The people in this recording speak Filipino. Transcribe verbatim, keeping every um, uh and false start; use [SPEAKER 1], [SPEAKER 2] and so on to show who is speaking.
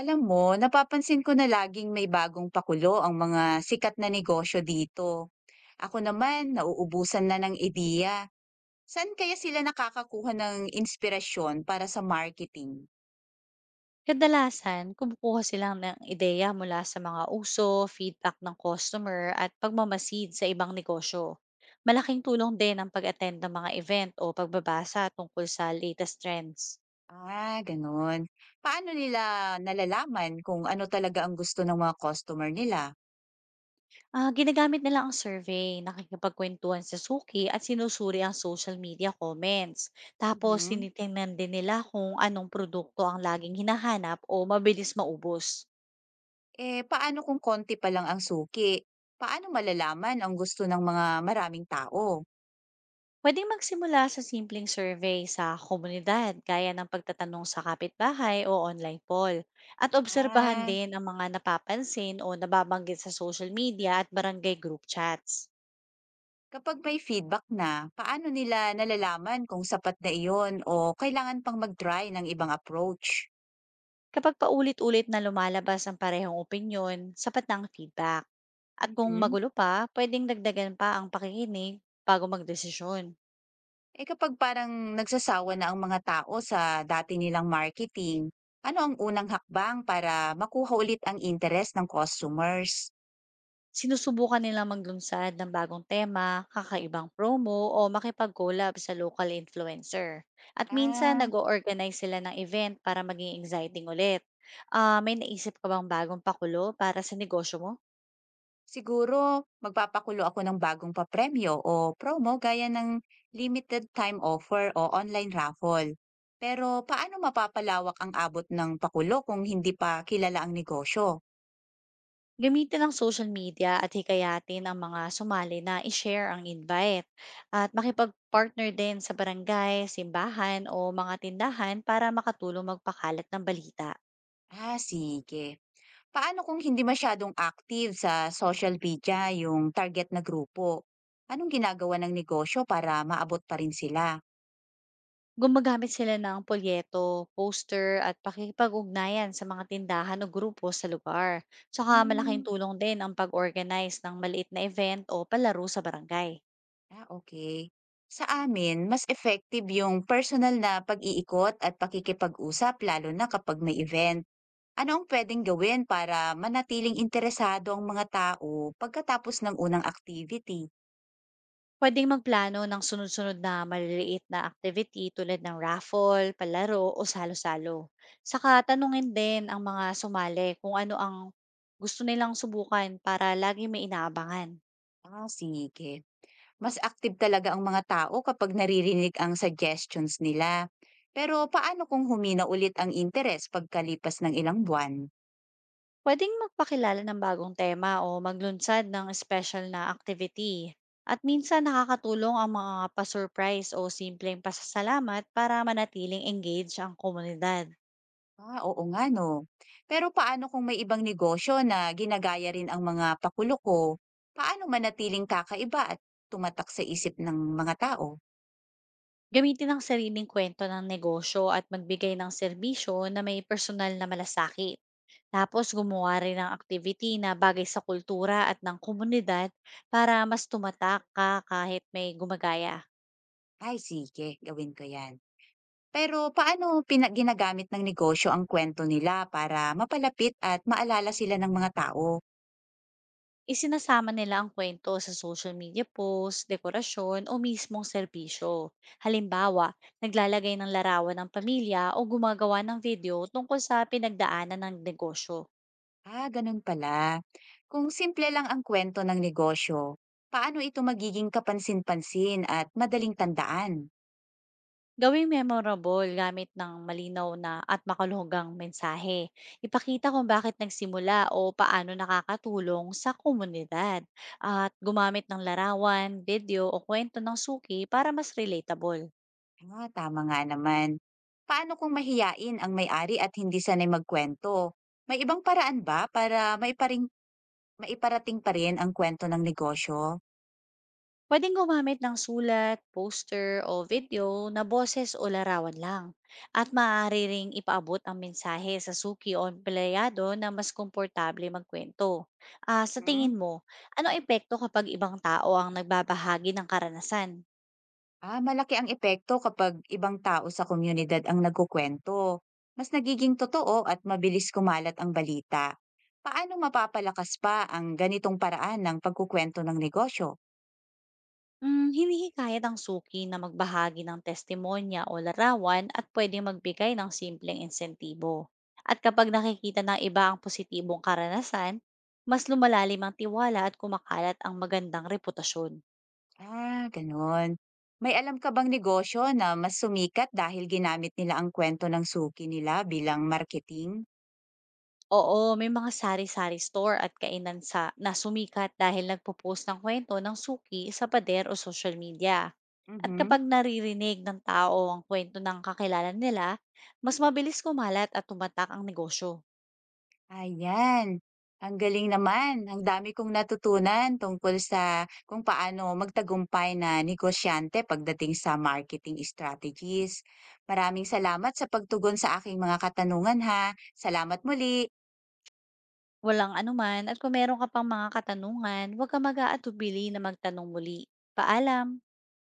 [SPEAKER 1] Alam mo, napapansin ko na laging may bagong pakulo ang mga sikat na negosyo dito. Ako naman, nauubusan na ng ideya. Saan kaya sila nakakakuha ng inspirasyon para sa marketing?
[SPEAKER 2] Kadalasan kumukuha sila ng ideya mula sa mga uso, feedback ng customer at pagmamasid sa ibang negosyo. Malaking tulong din ang pag-attend ng mga event o pagbabasa tungkol sa latest trends.
[SPEAKER 1] Ah, ganun. Paano nila nalalaman kung ano talaga ang gusto ng mga customer nila?
[SPEAKER 2] Ah, ginagamit nila ang survey, nakikipagkwentuhan sa suki at sinusuri ang social media comments. Tapos
[SPEAKER 1] Mhm.
[SPEAKER 2] tinitingnan din nila kung anong produkto ang laging hinahanap o mabilis maubos.
[SPEAKER 1] Eh, paano kung konti pa lang ang suki? Paano malalaman ang gusto ng mga maraming tao?
[SPEAKER 2] Pwedeng magsimula sa simpleng survey sa komunidad gaya ng pagtatanong sa kapitbahay o online poll. At obserbahan
[SPEAKER 1] Ah,
[SPEAKER 2] din ang mga napapansin o nababanggit sa social media at barangay group chats.
[SPEAKER 1] kapag may feedback na, paano nila nalalaman kung sapat na iyon o kailangan pang mag-try ng ibang approach?
[SPEAKER 2] Kapag paulit-ulit na lumalabas ang parehong opinyon, sapat na ang feedback. At kung
[SPEAKER 1] Mhm.
[SPEAKER 2] magulo pa, pwedeng dagdagan pa ang pakikinig bago magdesisyon.
[SPEAKER 1] Eh kapag parang nagsasawa na ang mga tao sa dati nilang marketing, ano ang unang hakbang para makuha ulit ang interes ng customers?
[SPEAKER 2] Sinusubukan nila maglunsad ng bagong tema, kakaibang promo o makipag-collab sa local influencer. At minsan
[SPEAKER 1] Ah,
[SPEAKER 2] nag-o-organize sila ng event para maging exciting ulit. Ah, may naisip ka bang bagong pakulo para sa negosyo mo?
[SPEAKER 1] siguro magpapakulo ako ng bagong papremyo o promo gaya ng limited time offer o online raffle. Pero paano mapapalawak ang abot ng pakulo kung hindi pa kilala ang negosyo?
[SPEAKER 2] Gamitin ang social media at hikayatin ang mga sumali na i-share ang invite. At makipag-partner din sa barangay, simbahan o mga tindahan para makatulong magpakalat ng balita.
[SPEAKER 1] Ah, sige. Paano kung hindi masyadong active sa social media yung target na grupo? Anong ginagawa ng negosyo para maabot pa rin sila?
[SPEAKER 2] Gumagamit sila ng polyeto, poster at pakikipag-ugnayan sa mga tindahan o grupo sa lugar. Tsaka malaking
[SPEAKER 1] Hmm.
[SPEAKER 2] tulong din ang pag-organize ng maliit na event o palaro sa barangay.
[SPEAKER 1] Ah, okay. Sa amin, mas effective yung personal na pag-iikot at pakikipag-usap lalo na kapag may event. Ano ang pwedeng gawin para manatiling interesado ang mga tao pagkatapos ng unang activity?
[SPEAKER 2] Pwedeng magplano ng sunod-sunod na maliliit na activity tulad ng raffle, palaro o salo-salo. Saka tanungin din ang mga sumali kung ano ang gusto nilang subukan para lagi may inaabangan.
[SPEAKER 1] Ah, sige. Mas active talaga ang mga tao kapag naririnig ang suggestions nila. Pero paano kung humina ulit ang interes pagkalipas ng ilang buwan?
[SPEAKER 2] Pwedeng magpakilala ng bagong tema o maglunsad ng special na activity. At minsan nakakatulong ang mga pa-surprise o simpleng pasasalamat para manatiling engaged ang komunidad.
[SPEAKER 1] Ah, oo nga 'no. Pero paano kung may ibang negosyo na ginagaya rin ang mga pakulo ko? Paano manatiling kakaiba at tumatak sa isip ng mga tao?
[SPEAKER 2] Gamitin ang sariling kwento ng negosyo at magbigay ng serbisyo na may personal na malasakit. Tapos gumawa rin ng activity na bagay sa kultura at ng komunidad para mas tumatak ka kahit may gumagaya.
[SPEAKER 1] "Ay sige, gawin ko 'yan." Pero paano pina ginagamit ng negosyo ang kwento nila para mapalapit at maalala sila ng mga tao?
[SPEAKER 2] Isinasama nila ang kwento sa social media post, dekorasyon o mismong serbisyo. Halimbawa, naglalagay ng larawan ng pamilya o gumagawa ng video tungkol sa pinagdaanan ng negosyo.
[SPEAKER 1] Ah, gano'n pala. Kung simple lang ang kwento ng negosyo, paano ito magiging kapansin-pansin at madaling tandaan?
[SPEAKER 2] Gawing memorable gamit ng malinaw na at makalugang mensahe. Ipakita kung bakit nagsimula o paano nakakatulong sa komunidad. At gumamit ng larawan, video o kwento ng suki para mas relatable.
[SPEAKER 1] Ah, tama nga naman. Paano kung mahiyain ang may-ari at hindi sanay magkwento? May ibang paraan ba para maiparing, maiparating pa rin ang kwento ng negosyo?
[SPEAKER 2] Pwedeng gumamit ng sulat, poster, o video na boses o larawan lang. At maaari ring ipaabot ang mensahe sa suki o empleyado na mas komportable magkwento. Ah, sa tingin
[SPEAKER 1] Hmm?
[SPEAKER 2] mo, ano ang epekto kapag ibang tao ang nagbabahagi ng karanasan?
[SPEAKER 1] Ah, malaki ang epekto kapag ibang tao sa komunidad ang nagkukwento. Mas nagiging totoo at mabilis kumalat ang balita. Paano mapapalakas pa ang ganitong paraan ng pagkukwento ng negosyo?
[SPEAKER 2] Hmm, hinihikayat ang suki na magbahagi ng testimonya o larawan at pwedeng magbigay ng simpleng insentibo. At kapag nakikita ng iba ang positibong karanasan, mas lumalalim ang tiwala at kumakalat ang magandang reputasyon.
[SPEAKER 1] Ah, gano'n. May alam ka bang negosyo na mas sumikat dahil ginamit nila ang kwento ng suki nila bilang marketing?
[SPEAKER 2] Oo, may mga sari-sari store at kainan sa na sumikat dahil nagpo-post ng kwento ng suki sa pader o social media. At
[SPEAKER 1] Mhm.
[SPEAKER 2] kapag naririnig ng tao ang kwento ng kakilala nila, mas mabilis kumalat at tumatak ang negosyo.
[SPEAKER 1] Ayan, ang galing naman. Ang dami kong natutunan tungkol sa kung paano magtagumpay na negosyante pagdating sa marketing strategies. Maraming salamat sa pagtugon sa aking mga katanungan ha. Salamat muli.
[SPEAKER 2] Walang anuman at kung meron ka pang mga katanungan, huwag kang mag-aatubili na magtanong muli. Paalam!